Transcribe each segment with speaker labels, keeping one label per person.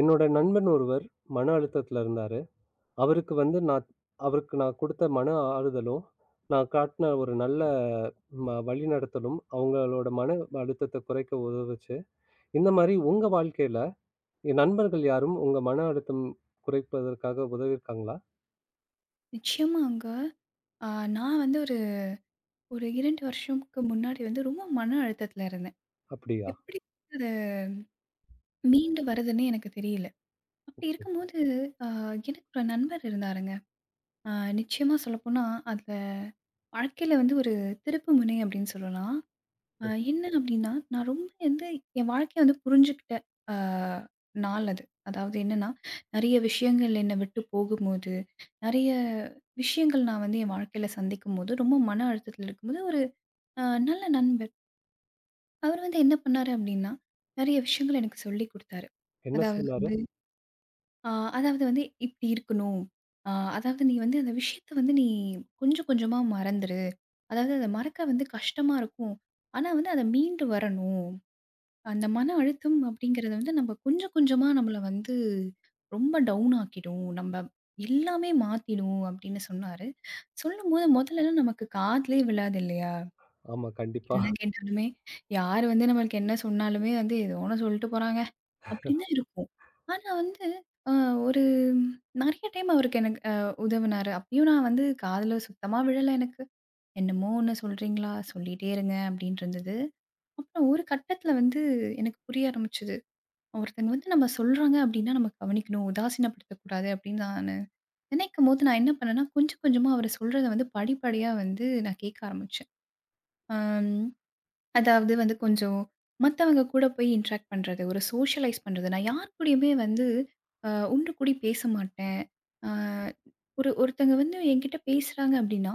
Speaker 1: என்னோட நண்பன் ஒருவர் மன அழுத்தத்துல இருந்தாரு. அவருக்கு வந்து நான் அவருக்கு நான் குடுத்த மன ஆறுதலும், நான் காட்டின ஒரு நல்ல வழிநடத்தலும் அவங்களோட மன அழுத்தத்த குறைக்க உதவுச்சு. இந்த மாரி உங்க வாழ்க்கையில நண்பர்கள் யாரும் உங்க மன அழுத்தம் குறைப்பதற்காக உதவியிருக்காங்களா?
Speaker 2: நிச்சயமாங்க. அ நான் வந்து ஒரு ஒரு 2 வருஷம்க்கு முன்னாடி வந்து ரொம்ப மன அழுத்தத்தில இருந்தேன்.
Speaker 1: அப்படியா?
Speaker 2: எப்படி அது மீண்டு வரதுன்னே எனக்கு தெரியல. அப்படி இருக்கும்போது அ எனக்கு ஒரு நண்பர் இருந்தாருங்க. அ நிச்சயமா சொல்லப்போனா, அதுல வாழ்க்கையில வந்து ஒரு திருப்பு முனை அப்படின்னு சொல்லலாம். என்ன அப்படின்னா, நான் ரொம்ப வந்து என் வாழ்க்கைய வந்து புரிஞ்சுக்கிட்ட அ நாள் அது. அதாவது என்னன்னா, நெறைய விஷயங்கள் என்னை விட்டு போகும்போது, நெறைய விஷயங்கள் நான் வந்து என் வாழ்க்கையில சந்திக்கும்போது, ரொம்ப மன அழுத்தத்தில இருக்கும்போது ஒரு அ நல்ல நண்பர். அவரு வந்து என்ன பண்ணாரு அப்டின்னா, நெறைய விஷயங்கள் எனக்கு சொல்லிக் குடுத்தாரு.
Speaker 1: என்ன
Speaker 2: அதாவது
Speaker 1: சொன்னாரு?
Speaker 2: வந்து அ அதாவது வந்து இப்டி இருக்கணும். அ அதாவது நீ வந்து அந்த விஷயத்த வந்து நீ கொஞ்சம் கொஞ்சமா மறந்துரு. அதாவது அத மறக்க வந்து கஷ்டமா இருக்கும். ஆனா வந்து அத மீண்டு வரணும். அந்த மன அழுத்தம் அப்டிங்கிறது வந்து நம்ம கொஞ்சம் கொஞ்சமா நம்மள வந்து ரொம்ப டவுன் ஆக்கிடும். நம்ம எல்லாமே மாத்திடும் அப்டின்னு சொன்னாரு. சொல்லும்போது முதல்லலாம் நமக்கு காதுலயே விழாது இல்லையா?
Speaker 1: ஆமா, கண்டிப்பா.
Speaker 2: என்ன கேட்டாலுமே, யார் வந்து நம்மளுக்கு என்ன சொன்னாலுமே வந்து, "ஏதோ ஒண்ணு சொல்லிட்டு போறாங்க" அப்படின்னு தான் இருக்கும். ஆனா வந்து, அ ஒரு நெறைய டைம் அவருக்கு எனக்கு உதவுனாரு. அப்பயும் நான் வந்து காதுல சுத்தமா விழல எனக்கு. "என்னமோ ஒண்ணு சொல்றீங்களா? சொல்லிட்டே இருங்க" அப்படின்னு இருந்தது. அப்புறம் ஒரு கட்டத்தில வந்து எனக்கு புரிய ஆரம்பிச்சது. ஒருத்தங்க வந்து நம்ம சொல்றாங்க அப்படின்னா நம்ம கவனிக்கணும், உதாசீனப்படுத்தக்கூடாது அப்படின்னு நானு நினைக்கும்போது, நான் என்ன பண்ணேன்னா, கொஞ்சம் கொஞ்சமா அவரு சொல்றத வந்து படிப்படியா வந்து நான் கேட்க ஆரம்பிச்சேன். அம். அதாவது வந்து கொஞ்சம் மத்தவங்க கூட போய் இன்ட்ராக்ட் பண்றது, ஒரு சோஷியலைஸ் பண்றது. நான் யார் கூடயுமே வந்து அ ஒன்று கூடி பேச மாட்டேன். அ ஒரு ஒருத்தங்க வந்து என்கிட்ட பேசுறாங்க அப்டின்னா,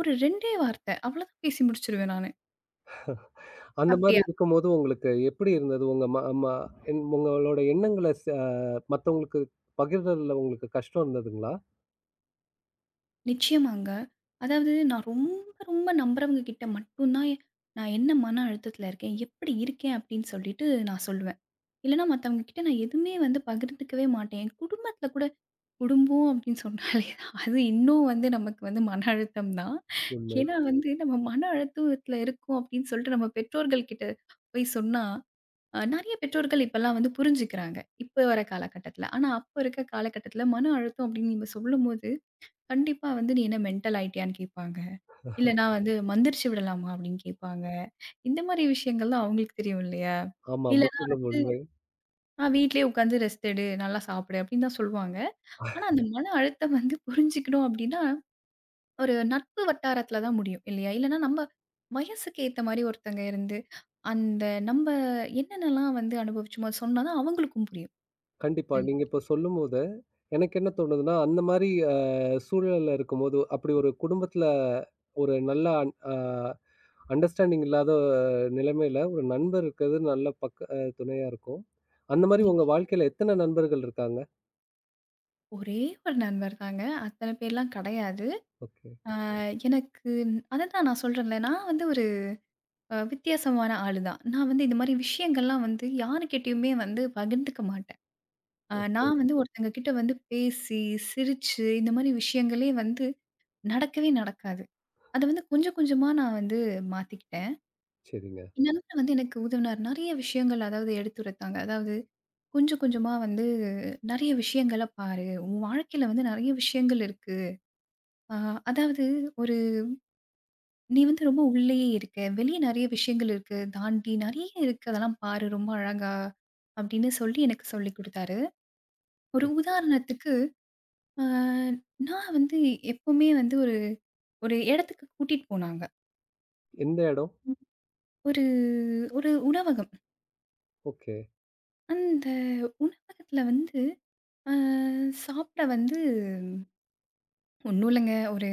Speaker 2: ஒரு 2டே வார்த்தை. அவ்வளோதான் பேசி முடிச்சுருவேன் நானு.
Speaker 1: அந்த மாரி
Speaker 2: அப்டியா?
Speaker 1: இருக்கும்போது உங்களுக்கு எப்படி இருந்தது? உங்க ம ம உங்களோட எண்ணங்கள மத்தவங்களுக்கு பகிர்றதுல உங்களுக்கு கஷ்டம் இருந்ததுங்களா?
Speaker 2: நிச்சயமாங்க. அதாவது நான் ரொம்ப ரொம்ப நம்புறவங்க கிட்ட மட்டும் தான் நான் என்ன மன அழுத்தத்தில இருக்கேன், எப்படி இருக்கேன் அப்டின்னு சொல்லிட்டு நான் சொல்லுவேன். இல்லன்னா மத்தவங்க கிட்ட நான் எதுவுமே வந்து பகிர்ந்துக்கவே மாட்டேன். என் குடும்பத்தில கூட குடும்பம் அப்படின்னு சொன்னாலே அது இன்னும் வந்து நமக்கு வந்து மன அழுத்தம் தான்.
Speaker 1: உண்மை.
Speaker 2: ஏன்னா வந்து நம்ம மன அழுத்தத்துல இருக்கோம் அப்படின்னு சொல்லிட்டு நம்ம பெற்றோர்கள் கிட்ட போய் சொன்னா, நெறைய பெற்றோர்கள் இப்பலாம் வந்து புரிஞ்சுக்கிறாங்க. இப்ப வர காலகட்டத்துல. ஆனா அப்ப இருக்க காலகட்டத்துல மன அழுத்தம் அப்படின்னு நீங்க சொல்லும்போது, கண்டிப்பா வந்து "நீ என்ன மென்டல் ஆயிட்டியான்னு?" கேட்பாங்க. இல்லன்னா வந்து "மந்திரிச்சு விடலாமா?" அப்படின்னு கேட்பாங்க. இந்த மாரி விஷயங்கள்லாம் அவங்களுக்கு தெரியும் இல்லையா?
Speaker 1: ஆமா,
Speaker 2: இல்லன்னா
Speaker 1: முற்றிலும்
Speaker 2: வந்து
Speaker 1: உண்மை.
Speaker 2: வீட்லயே உட்காந்து ரெஸ்ட் எடு, நல்லா சாப்பிடு" அப்படின்னு தான் சொல்லுவாங்க. ஆனா, அந்த மன அழுத்தம் வந்து புரிஞ்சுக்கணும் அப்டின்னா, ஒரு நட்பு வட்டாரத்துல தான் முடியும் இல்லையா? இல்லன்னா நம்ம வயசுக்கு ஏத்த மாரி ஒருத்தங்க இருந்து, அந்த நம்ம என்னென்னலாம் வந்து அனுபவிச்சோமோ அத சொன்னா தான் அவங்களுக்கும் புரியும்.
Speaker 1: கண்டிப்பா.
Speaker 2: இல்ல.
Speaker 1: நீங்க இப்ப சொல்லும்போது, எனக்கு என்ன தோணுதுன்னா, அந்த மாரி சூழல்ல இருக்கும்போது, அப்படி ஒரு குடும்பத்துல ஒரு நல்ல அன் அ அண்டர்ஸ்டாண்டிங் இல்லாத நிலைமையில ஒரு நண்பர் இருக்கிறது நல்ல பக்க துணையா இருக்கும். அந்த மாரி உங்க
Speaker 2: நிச்ச
Speaker 1: வாழ்க்கையில எத்தன நண்பர்கள் இருக்காங்க?
Speaker 2: ஒரே ஒரு நண்பர் தாங்க. அத்தன பேர்லாம் கெடையாது.
Speaker 1: ஓகே.
Speaker 2: அ எனக்கு அததான் நான் சொல்றேன்ல, நான் வந்து ஒரு வித்தியாசமான ஆளு தான். நான் வந்து இந்த மாரி விஷயங்கள்லாம் வந்து யாருகிட்டயுமே வந்து பகிர்ந்துக்க மாட்டேன். நான் வந்து ஒருத்தங்க கிட்ட வந்து பேசி, சிரிச்சு இந்த மாரி விஷயங்களே வந்து நடக்கவே நடக்காது. அத வந்து கொஞ்சம் கொஞ்சமா நான் வந்து மாத்திக்கிட்டேன்.
Speaker 1: சரிங்க.
Speaker 2: என் நண்பர் வந்து எனக்கு உதவினார். நெறைய விஷயங்கள் அதாவது எடுத்துரைத்தாங்க. அதாவது கொஞ்சம் கொஞ்சமா வந்து நெறைய விஷயங்கள பாரு. உன் வாழ்க்கையில வந்து நெறைய விஷயங்கள் இருக்கு. அ அதாவது ஒரு நீ வந்து ரொம்ப உள்ளேயே இருக்க. வெளிய நெறைய விஷயங்கள் இருக்கு. தாண்டி நெறைய இருக்கு. அதெல்லாம் பாரு ரொம்ப அழகா அப்படின்னு சொல்லி எனக்கு சொல்லிக் குடுத்தாரு. ஒரு உதாரணத்துக்கு அ நான் வந்து எப்பவுமே வந்து ஒரு ஒரு இடத்துக்கு கூட்டிட்டு போனாங்க.
Speaker 1: எந்த எடம்?
Speaker 2: ஒரு ஒரு உணவகம்.
Speaker 1: ஓகே.
Speaker 2: அந்த உணவகத்துல வந்து ஆ சாப்பிட வந்து ஒண்ணும் இல்லங்க. ஒரு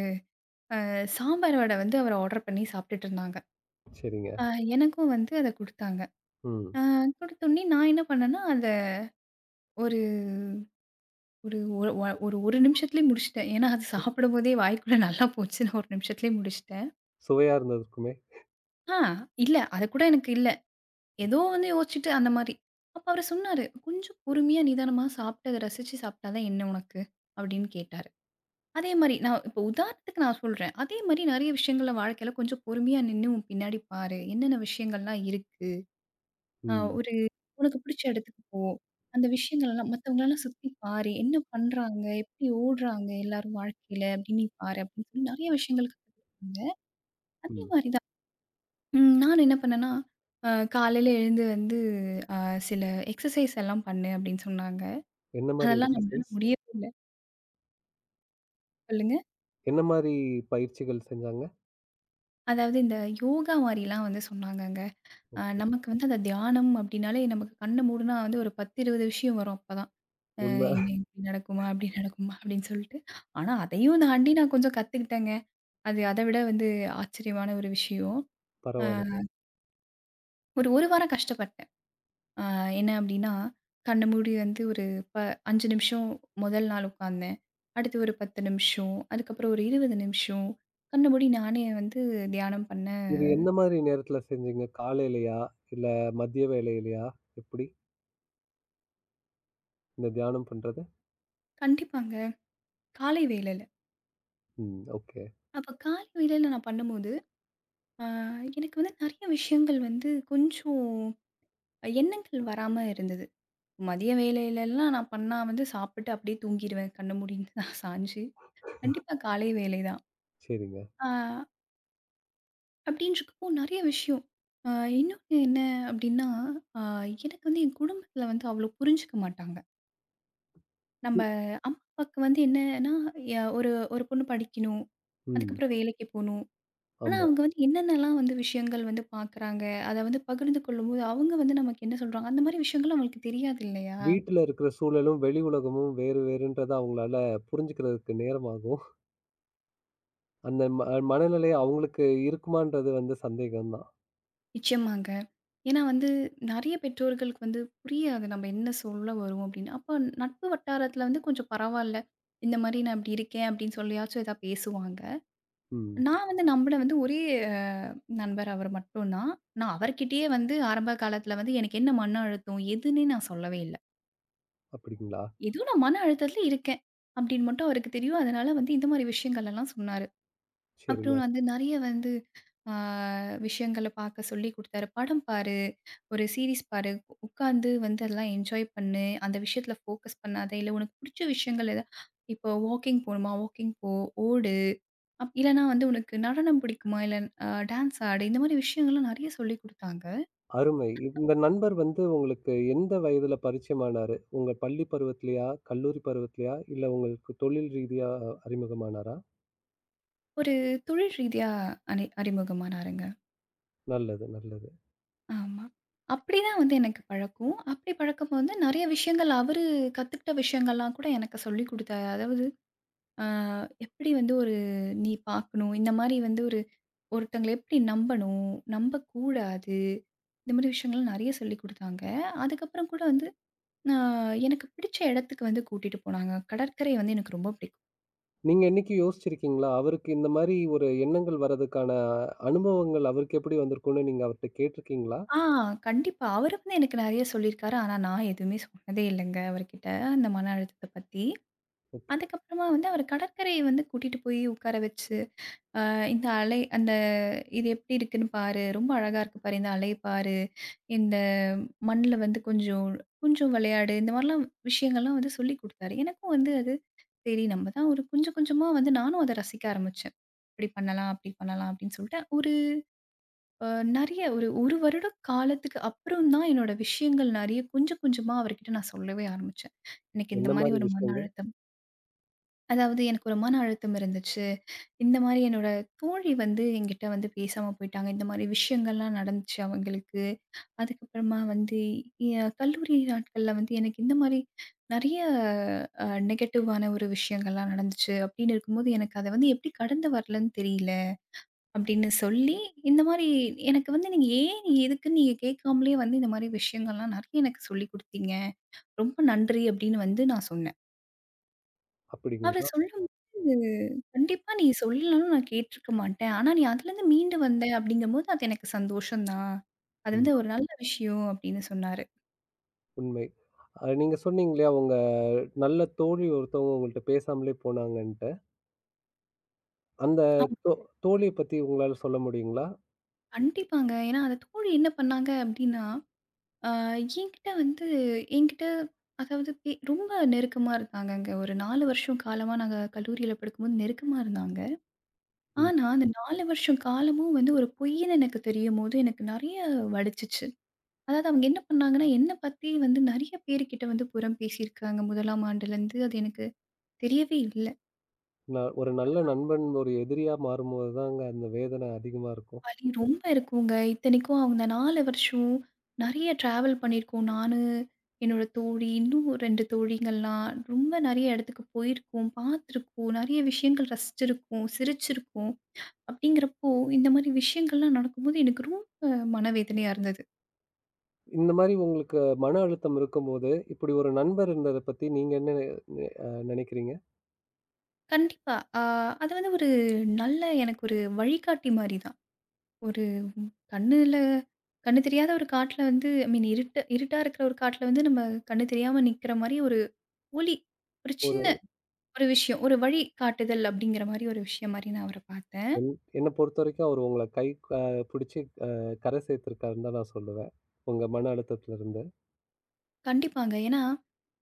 Speaker 2: சாம்பார் வடை வந்து அவர் ஆர்டர் பண்ணி சாப்பிட்டுட்டு இருந்தாங்க.
Speaker 1: சரிங்க.
Speaker 2: அ எனக்கும் வந்து அத குடுத்தாங்க.
Speaker 1: ம்.
Speaker 2: அ குடுத்தோனே நான் என்ன பண்ணேன்னா, அத ஒரு ஒரு ஒ ஒ ஒரு 1 நிமிஷத்திலேயே முடிச்சுட்டேன். ஏன்னா, அது சாப்பிடும்போதே வாய்க்குள்ள நல்லா போச்சுன்னு 1 நிமிஷத்திலேயே முடிச்சுட்டேன்.
Speaker 1: சுவையா இருந்திருக்குமே!
Speaker 2: ஆ இல்ல, அது கூட எனக்கு இல்ல. ஏதோ வந்து யோசிச்சுட்டு அந்த மாரி. அப்ப அவரு சொன்னாரு, "கொஞ்சம் பொறுமையா, நிதானமா சாப்பிட்டு அத ரசிச்சு சாப்பிட்டா தான் என்ன உனக்கு?" அப்படின்னு கேட்டாரு. அதே மாரி நான் இப்போ உதாரணத்துக்கு நான் சொல்றேன். அதே மாரி நெறைய விஷயங்கள்ல வாழ்க்கையில கொஞ்சம் பொறுமையா நின்னு உன் பின்னாடி பாரு. என்னென்ன விஷயங்கள்லாம் இருக்கு? அ
Speaker 1: ம்.
Speaker 2: ஒரு உனக்கு பிடிச்ச இடத்துக்கு போ. அந்த விஷயங்கள்லாம் மத்தவங்களலாம் சுத்தி பாரு. என்ன பண்றாங்க? எப்படி ஓடுறாங்க எல்லாரும் வாழ்க்கையில? அப்படின்னு நீ பாரு அப்படின்னு சொல்லி நெறைய விஷயங்கள் கத்து குடுத்தாங்க. அதே
Speaker 1: ம்.
Speaker 2: மாரி தான். நானும் என்ன பண்ணேன்னா, அ காலையில எழுந்து வந்து சில எக்ஸர்சைஸ் எல்லாம் பண்ணு அப்படின்னு சொன்னாங்க.
Speaker 1: என்ன மாரி
Speaker 2: அதெல்லாம் நம்மளால
Speaker 1: எக்ஸர்சைஸ்?
Speaker 2: முடியவே இல்ல. சொல்லுங்க?
Speaker 1: என்ன மாரி பயிற்சிகள் செஞ்சாங்க?
Speaker 2: அதாவது இந்த யோகா மாரிலாம் வந்து சொன்னாங்கங்க. நமக்கு வந்து அந்த தியானம் அப்டின்னாலே நமக்கு கண்ண மூடுனா வந்து ஒரு 10, 20 விஷயம் வரும் அப்பதான். அ
Speaker 1: உண்ம
Speaker 2: என்ன இப்படி நடக்குமா? அப்படி நடக்குமா? அப்படின்னு சொல்லிட்டு. ஆனா அதையும் தாண்டி நான் கொஞ்சம் கத்துக்கிட்டேங்க. அது அத விட வந்து ஆச்சரியமான ஒரு விஷயம். அ
Speaker 1: பரவால்ல.
Speaker 2: ஒரு வாரம் கஷ்டப்பட்டேன். அ என்ன அப்படின்னா, கண்ண மூடி வந்து ஒரு ப 5 நிமிஷம் முதல் நாள் உட்காந்தேன். அடுத்து ஒரு 10 நிமிஷம், அதுக்கப்புறம் ஒரு 20 நிமிஷம் கண்ண மூடி நானே வந்து தியானம் பண்ணேன்.
Speaker 1: இது எந்த மாதிரி நேரத்துல செஞ்சீங்க? காலையிலயா? இல்ல மதிய வேளையிலயா? எப்படி? இந்த தியானம் பண்றது?
Speaker 2: கண்டிப்பாங்க. காலை வேளையில.
Speaker 1: ம். ஓகே.
Speaker 2: அப்ப காலை வேளையில நான் பண்ணும்போது ஆ, எனக்கு வந்து நெறைய விஷயங்கள் வந்து கொஞ்சம் எண்ணங்கள் வராம இருந்தது. மதிய வேலையிலலாம் நான் பண்ணா வந்து சாப்பிட்டு அப்படியே தூங்கிருவேன். கண்ண மூடிட்டு நான் சாஞ்சு. கண்டிப்பா காலை வேலை தான்.
Speaker 1: சரிங்க.
Speaker 2: ஆ அப்படின்றக்கப்போ நெறைய விஷயம். ஆ இன்னொன்னு என்ன அப்படின்னா, ஆ எனக்கு வந்து என் குடும்பத்தில வந்து அவ்வளோ புரிஞ்சுக்க மாட்டாங்க. நம்ப
Speaker 1: ம்.
Speaker 2: அம்மா, அப்பாவுக்கு வந்து என்னன்னா, எ ஒரு ஒரு பொண்ணு படிக்கணும்.
Speaker 1: ம்.
Speaker 2: அதுக்கப்புறம் வேலைக்கு போணும். ஆனா,
Speaker 1: ஆமா.
Speaker 2: அவங்க வந்து என்னென்னலாம் வந்து விஷயங்கள் வந்து பார்க்குறாங்க, அத வந்து பகிர்ந்து கொள்ளும்போது, அவங்க வந்து நமக்கு என்ன சொல்றாங்க, அந்த மாரி விஷயங்கள் அவங்களுக்கு தெரியாது இல்லையா?
Speaker 1: வீட்ல இருக்கிற சூழலும், வெளி உலகமும் வேறு வேறுன்றத அவங்களால புரிஞ்சுக்கிறதுக்கு நேரமாகும். அந்த மனநிலை அவங்களுக்கு இருக்குமான்றது வந்து சந்தேகம் தான்.
Speaker 2: நிச்சயமாங்க. ஏன்னா வந்து நெறைய பெற்றோர்களுக்கு வந்து புரியாது நம்ம என்ன சொல்ல வரோம் அப்படின்னு. அப்போ நட்பு வட்டாரத்தில வந்து கொஞ்சம் பரவால்ல. இந்த மாரி நான் இப்படி இருக்கேன் அப்படின்னு சொல்லியாச்சும் ஏதாவது பேசுவாங்க.
Speaker 1: ம்.
Speaker 2: நான் வந்து நம்புன வந்து ஒரே அஹ், நண்பர் அவர் மட்டும் தான். நான் அவர்கிட்டயே வந்து ஆரம்ப காலத்தில வந்து எனக்கு என்ன மன அழுத்தம் எதுன்னே நான் சொல்லவே இல்ல.
Speaker 1: அப்படிங்களா?
Speaker 2: ஏதோ நான் மன அழுத்தத்தில இருக்கேன். அப்படின்னு மட்டும் அவருக்கு தெரியும். அதனால வந்து இந்த மாரி விஷயங்கள் எல்லாம் சொன்னாரு. அப்புறம்
Speaker 1: சரிங்க.
Speaker 2: வந்து நெறைய வந்து ஆ விஷயங்கள பார்க்க சொல்லிக் குடுத்தாரு. "படம் பாரு, ஒரு சீரிஸ் பாரு, உட்கார்ந்து வந்து அதெல்லாம் என்ஜாய் பண்ணு. அந்த விஷயத்தில ஃபோக்கஸ் பண்ணாத. இல்ல உனக்கு புடிச்ச விஷயங்கள் எதா இப்போ வாக்கிங் போணுமா, வாக்கிங் போ, ஓடு. இல்லன்னா வந்து உனக்கு நடனம் பிடிக்குமா, இல்ல அ டான்ஸ் ஆடு." இந்த மாரி விஷயங்கள்லாம் நெறைய சொல்லிக் குடுத்தாங்க.
Speaker 1: அருமை. இந்த நண்பர் வந்து உங்களுக்கு எந்த வயதுல பரிச்சயமானாரு? உங்க பள்ளி பருவத்திலயா? கல்லூரி பருவத்திலயா? இல்ல உங்களுக்கு தொழில் ரீதியா அறிமுகமானாரா?
Speaker 2: ஒரு தொழில் ரீதியா அறிமுகமானாருங்க.
Speaker 1: நல்லது, நல்லது.
Speaker 2: ஆமா. அப்படிதான் வந்து எனக்கு பழக்கம். அப்படி பழக்கும்போது வந்து நெறைய விஷயங்கள் அவரு கத்துக்கிட்ட விஷயங்கள்லாம் கூட எனக்கு சொல்லிக் குடுத்தாரு. அதாவது அ எப்படி வந்து நீ பார்க்கணும், இந்த மாரி வந்து ஒரு ஒருத்தவங்கள எப்படி நம்பணும், நம்பக்கூடாது. இந்த மாரி விஷயங்கள்லாம் நெறைய சொல்லிக் குடுத்தாங்க. அதுக்கப்புறம் கூட வந்து அ எனக்கு பிடிச்ச இடத்துக்கு வந்து கூட்டிட்டு போனாங்க. கடற்கரை வந்து எனக்கு ரொம்ப பிடிக்கும்.
Speaker 1: நீங்க என்னைக்கு யோசிச்சிருக்கீங்களா? அவருக்கு இந்த மாரி ஒரு எண்ணங்கள் வரதுக்கான அனுபவங்கள் அவருக்கு எப்படி வந்திருக்கும்னு நீங்க அவர்ட்ட கேட்டிருக்கீங்களா?
Speaker 2: ஆ கண்டிப்பா. அவரு வந்து எனக்கு நெறைய சொல்லியிருக்காரு. ஆனா நான் எதுவுமே சொன்னதே இல்லங்க அவர்கிட்ட, அந்த மன அழுத்தத்த பத்தி.
Speaker 1: ஓகே.
Speaker 2: அதுக்கப்புறமா வந்து அவர கடற்கரை வந்து கூட்டிட்டு போய் உட்கார வச்சு, இந்த அலை அந்த இது எப்படி இருக்குன்னு பாரு. ரொம்ப அழகா இருக்கு பாரு. இந்த அலைய பாரு. இந்த மண்ணுல வந்து கொஞ்சம் கொஞ்சம் விளையாடு. இந்த மாரிலாம் விஷயங்கள்லாம் வந்து சொல்லிக் குடுத்தாரு. எனக்கும் வந்து அது சரி நம்ம தான் ஒரு கொஞ்சம் கொஞ்சமா வந்து நானும் அத ரசிக்க ஆரம்பிச்சேன். இப்படி பண்ணலாம், அப்படி பண்ணலாம் அப்படின்னு சொல்லிட்டு ஒரு அ நெறைய ஒரு 1 வருட காலத்துக்கு அப்புறம் தான் என்னோட விஷயங்கள் நெறைய கொஞ்சம் கொஞ்சமா அவர்கிட்ட நான் சொல்லவே ஆரம்பிச்சேன். எனக்கு
Speaker 1: என்ன
Speaker 2: இந்த மாரி
Speaker 1: மாரி
Speaker 2: ஒரு மன
Speaker 1: விஷயங்கள்?
Speaker 2: அழுத்தம். அதாவது எனக்கு ஒரு மன அழுத்தம் இருந்துச்சு. இந்த மாரி என்னோட தோழி வந்து என்கிட்ட வந்து பேசாம போயிட்டாங்க. இந்த மாரி விஷயங்கள்லாம் நடந்துச்சு அவங்களுக்கு. அதுக்கப்புறமா வந்து எ கல்லூரி நாட்கள்ல வந்து எனக்கு இந்த மாரி நெறைய நெகட்டிவான ஒரு விஷயங்கள்லாம் நடந்துச்சு. அப்படின்னு இருக்கும்போது, எனக்கு அத வந்து எப்படி கடந்து வரலன்னு தெரியல. அப்படின்னு சொல்லி, இந்த மாரி எனக்கு வந்து நீங்க ஏன் நீ எதுக்குன்னு நீங்க கேட்காமலே வந்து இந்த மாரி விஷயங்கள்லாம் நெறைய எனக்கு சொல்லிக் குடுத்தீங்க. ரொம்ப நன்றி அப்படின்னு வந்து நான் சொன்னேன். அவரு
Speaker 1: அப்படிங்களா?
Speaker 2: சொல்லும்போது, கண்டிப்பா நீ சொல்லலனாலும் நான் கேட்டுருக்க மாட்டேன். ஆனா நீ அதுலருந்து மீண்டு வந்த அப்படிங்கும்போது, அது எனக்கு சந்தோஷம் தான். அது
Speaker 1: ம்.
Speaker 2: வந்து ஒரு நல்ல விஷயம் அப்படின்னு சொன்னாரு.
Speaker 1: உண்மை. நீங்க சொன்னீங்க இல்லையா, உங்க நல்ல தோழி ஒருத்தவங்க உங்கள்ட்ட பேசாமலே போனாங்கன்ட்டு. அந்த
Speaker 2: ஆமா,
Speaker 1: தோ தோழிய பத்தி உங்களால சொல்ல முடியுங்களா?
Speaker 2: கண்டிப்பாங்க. ஏன்னா, அந்த தோழி என்ன பண்ணாங்க அப்படின்னா, அ என்கிட்ட வந்து என்கிட்ட அதாவது ரொம்ப நெருக்கமா இருந்தாங்கங்க. ஒரு 4 வருஷம் காலமா நாங்க கல்லூரியில படிக்கும்போது நெருக்கமா இருந்தாங்க.
Speaker 1: ம்.
Speaker 2: ஆனா, அந்த 4 வருஷம் காலமும் வந்து ஒரு பொய்ன்னு எனக்கு தெரியும்போது, எனக்கு நெறைய வலிச்சுச்சு. அதாவது அவங்க என்ன பண்ணாங்கன்னா, என்ன பத்தி வந்து நெறைய பேருகிட்ட வந்து புறம் பேசியிருக்காங்க. 1ஆம் ஆண்டுலேருந்து அது எனக்கு தெரியவே இல்ல.
Speaker 1: ஒரு நல்ல நண்பன் ஒரு எதிரியா மாறும்போது தாங்க அந்த வேதனை அதிகமா இருக்கும்.
Speaker 2: வலி ரொம்ப இருக்குங்க. இத்தனைக்கும் அவங்க 4 வருஷம் நெறைய ட்ராவல் பண்ணியிருக்கோம். நானு, என்னோட தோழி, இன்னும் 2 தோழிங்கள்லாம் ரொம்ப நெறைய இடத்துக்கு போயிருக்கோம், பார்த்துருக்கோம், நெறைய விஷயங்கள் ரசிச்சிருக்கோம், சிரிச்சிருக்கோம். அப்படிங்கிறப்போ, இந்த மாரி விஷயங்கள்லாம் நடக்கும்போது எனக்கு ரொம்ப மனவேதனையா இருந்தது.
Speaker 1: இந்த மாரி உங்களுக்கு மன அழுத்தம் இருக்கும்போது, இப்படி ஒரு நண்பர் இருந்தத பத்தி நீங்க என்ன நெ அ நெனைக்கிறீங்க?
Speaker 2: கண்டிப்பா. அது வந்து ஒரு நல்ல எனக்கு ஒரு வழிகாட்டி மாரி தான். ஒரு கண்ணுல கண்ணு தெரியாத ஒரு காட்டுல வந்து ஐ மீன் இருட்டு இருட்டா இருக்கிற ஒரு காட்டுல வந்து நம்ம கண்ணு தெரியாம நிக்கிற மாரி ஒரு ஒளி. ஒரு
Speaker 1: ஒரு
Speaker 2: சின்ன ஒரு விஷயம். ஒரு வழி காட்டுதல் அப்படிங்கிற மாரி ஒரு விஷயம் மாரி நான் அவர பார்த்தேன்.
Speaker 1: என் என்ன பொறுத்தவரைக்கும் அவரு உங்கள கை அ பிடிச்சு அ கரை சேர்த்திருக்காருன்னு தான் நான் சொல்லுவேன். உங்க மன அழுத்தத்திலருந்து.
Speaker 2: கண்டிப்பாங்க. ஏன்னா,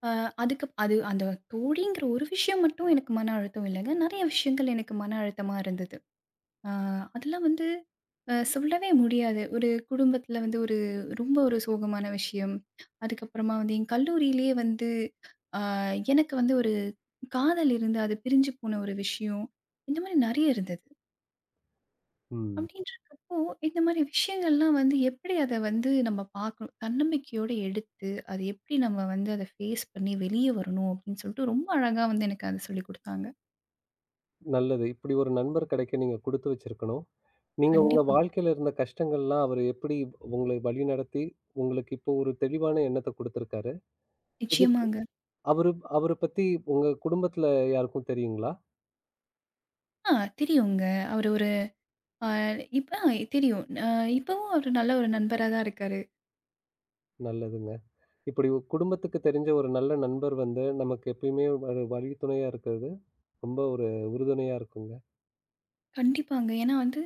Speaker 2: அ அதுக்கு அந்த தோழிங்கிற ஒரு விஷயம் மட்டும் எனக்கு மன அழுத்தம் இல்லங்க. நெறைய விஷயங்கள் எனக்கு மன அழுத்தமா இருந்தது. ஆ, அதெல்லாம் வந்து சொல்லவே முடியாது. ஒரு குடும்பத்தில வந்து ஒரு ரொம்ப ஒரு சோகமான விஷயம். அதுக்கப்புறமா வந்து என் கல்லூரியிலேயே வந்து அ எனக்கு வந்து ஒரு காதல் இருந்து அது பிரிஞ்சு போன ஒரு விஷயம். இந்த மாரி நெறைய இருந்தது.
Speaker 1: ம்.
Speaker 2: அப்படின்றப்போ இந்த மாரி விஷயங்கள்லாம் வந்து எப்படி அத வந்து நம்ம பார்க்கணும். தன்னம்பிக்கையோட எடுத்து அது எப்படி நம்ம வந்து அத ஃபேஸ் பண்ணி வெளிய வரணும் அப்படின்னு சொல்லிட்டு ரொம்ப அழகா வந்து எனக்கு அத சொல்லிக் குடுத்தாங்க.
Speaker 1: நல்லது. இப்படி ஒரு நண்பர் கிடைக்க நீங்க குடுத்து வச்சிருக்கணும். நீங்க உங்க
Speaker 2: கண்டிப்பா.
Speaker 1: வாழ்க்கையில இருந்த கஷ்டங்கள்லாம் அவரு எப்படி உங்களை வழிநடத்தி, உங்களுக்கு இப்போ ஒரு தெளிவான எண்ணத்த குடுத்திருக்காரு. இது
Speaker 2: நிச்சயமாங்க.
Speaker 1: அவரு அவர பத்தி உங்க குடும்பத்தில யாருக்கும் தெரியுங்களா?
Speaker 2: ஆ தெரியுங்க. அவரு ஒரு ஆ இப்ப தெரியும். இப்பவும் அவரு நல்ல ஒரு நண்பரா தான் இருக்காரு.
Speaker 1: நல்லதுங்க. இப்படி ஒரு குடும்பத்துக்கு தெரிஞ்ச ஒரு நல்ல நண்பர் வந்து நமக்கு எப்பயுமே ஒரு வழித்துணையா இருக்கிறது ரொம்ப ஒரு உறுதுணையா இருக்குங்க.
Speaker 2: கண்டிப்பாங்க. ஏன்னா வந்து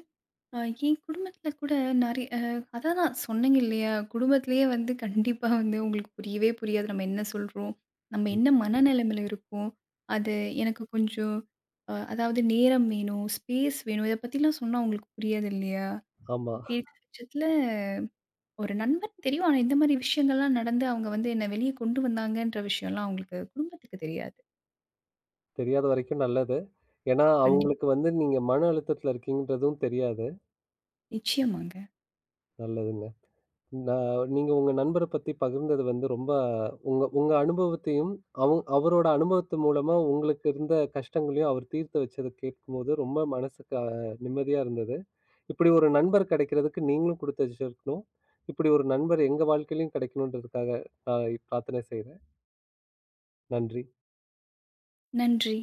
Speaker 2: அ என் குடும்பத்தில கூட நெறைய அதான் நான் சொன்னேங்க இல்லையா? குடும்பத்திலேயே வந்து கண்டிப்பா வந்து உங்களுக்கு புரியவே புரியாது. நம்ம என்ன சொல்றோம்? நம்ம என்ன மனநிலைமையில இருக்கோம்? அது எனக்கு கொஞ்சம் அதாவது நேரம் வேணும், ஸ்பேஸ் வேணும். இத பத்திலாம் சொன்னா உங்களுக்கு புரியாது இல்லையா?
Speaker 1: ஆமா.
Speaker 2: அப்படி இருக்க பட்சத்தில ஒரு நண்பன் தெரியும். ஆனா இந்த மாரி விஷயங்கள்லாம் நடந்து அவங்க வந்து என்ன வெளிய கொண்டு வந்தாங்கன்ற விஷயம்லாம் அவங்களுக்கு குடும்பத்துக்கு தெரியாது.
Speaker 1: தெரியாத வரைக்கும் நல்லது. ஏன்னா,
Speaker 2: கண்டிப்பா.
Speaker 1: அவங்களுக்கு வந்து நீங்க மன அழுத்தத்தில இருக்கீங்கன்றதும் தெரியாது.
Speaker 2: நிச்சயமாங்க.
Speaker 1: நல்லதுங்க. நீங்க உங்க நண்பர பத்தி பகிர்ந்தது வந்து ரொம்ப உங்க உங்க அனுபவத்தையும், அவரோட அனுபவத்து மூலமா உங்களுக்கு இருந்த கஷ்டங்களையும் அவர் தீர்த்து வச்சத கேட்கும்போது ரொம்ப மனசுக்கு நிம்மதியா இருந்தது. இப்படி ஒரு நண்பர் கிடைக்கிறதுக்கு நீங்களும் குடுத்தச்சிருக்கணும். இப்படி ஒரு நண்பர் எங்க வாழ்க்கையிலும் கிடைக்கணுன்றதுக்காக நான் பிரார்த்தனை செய்றேன். நன்றி.
Speaker 2: நன்றி.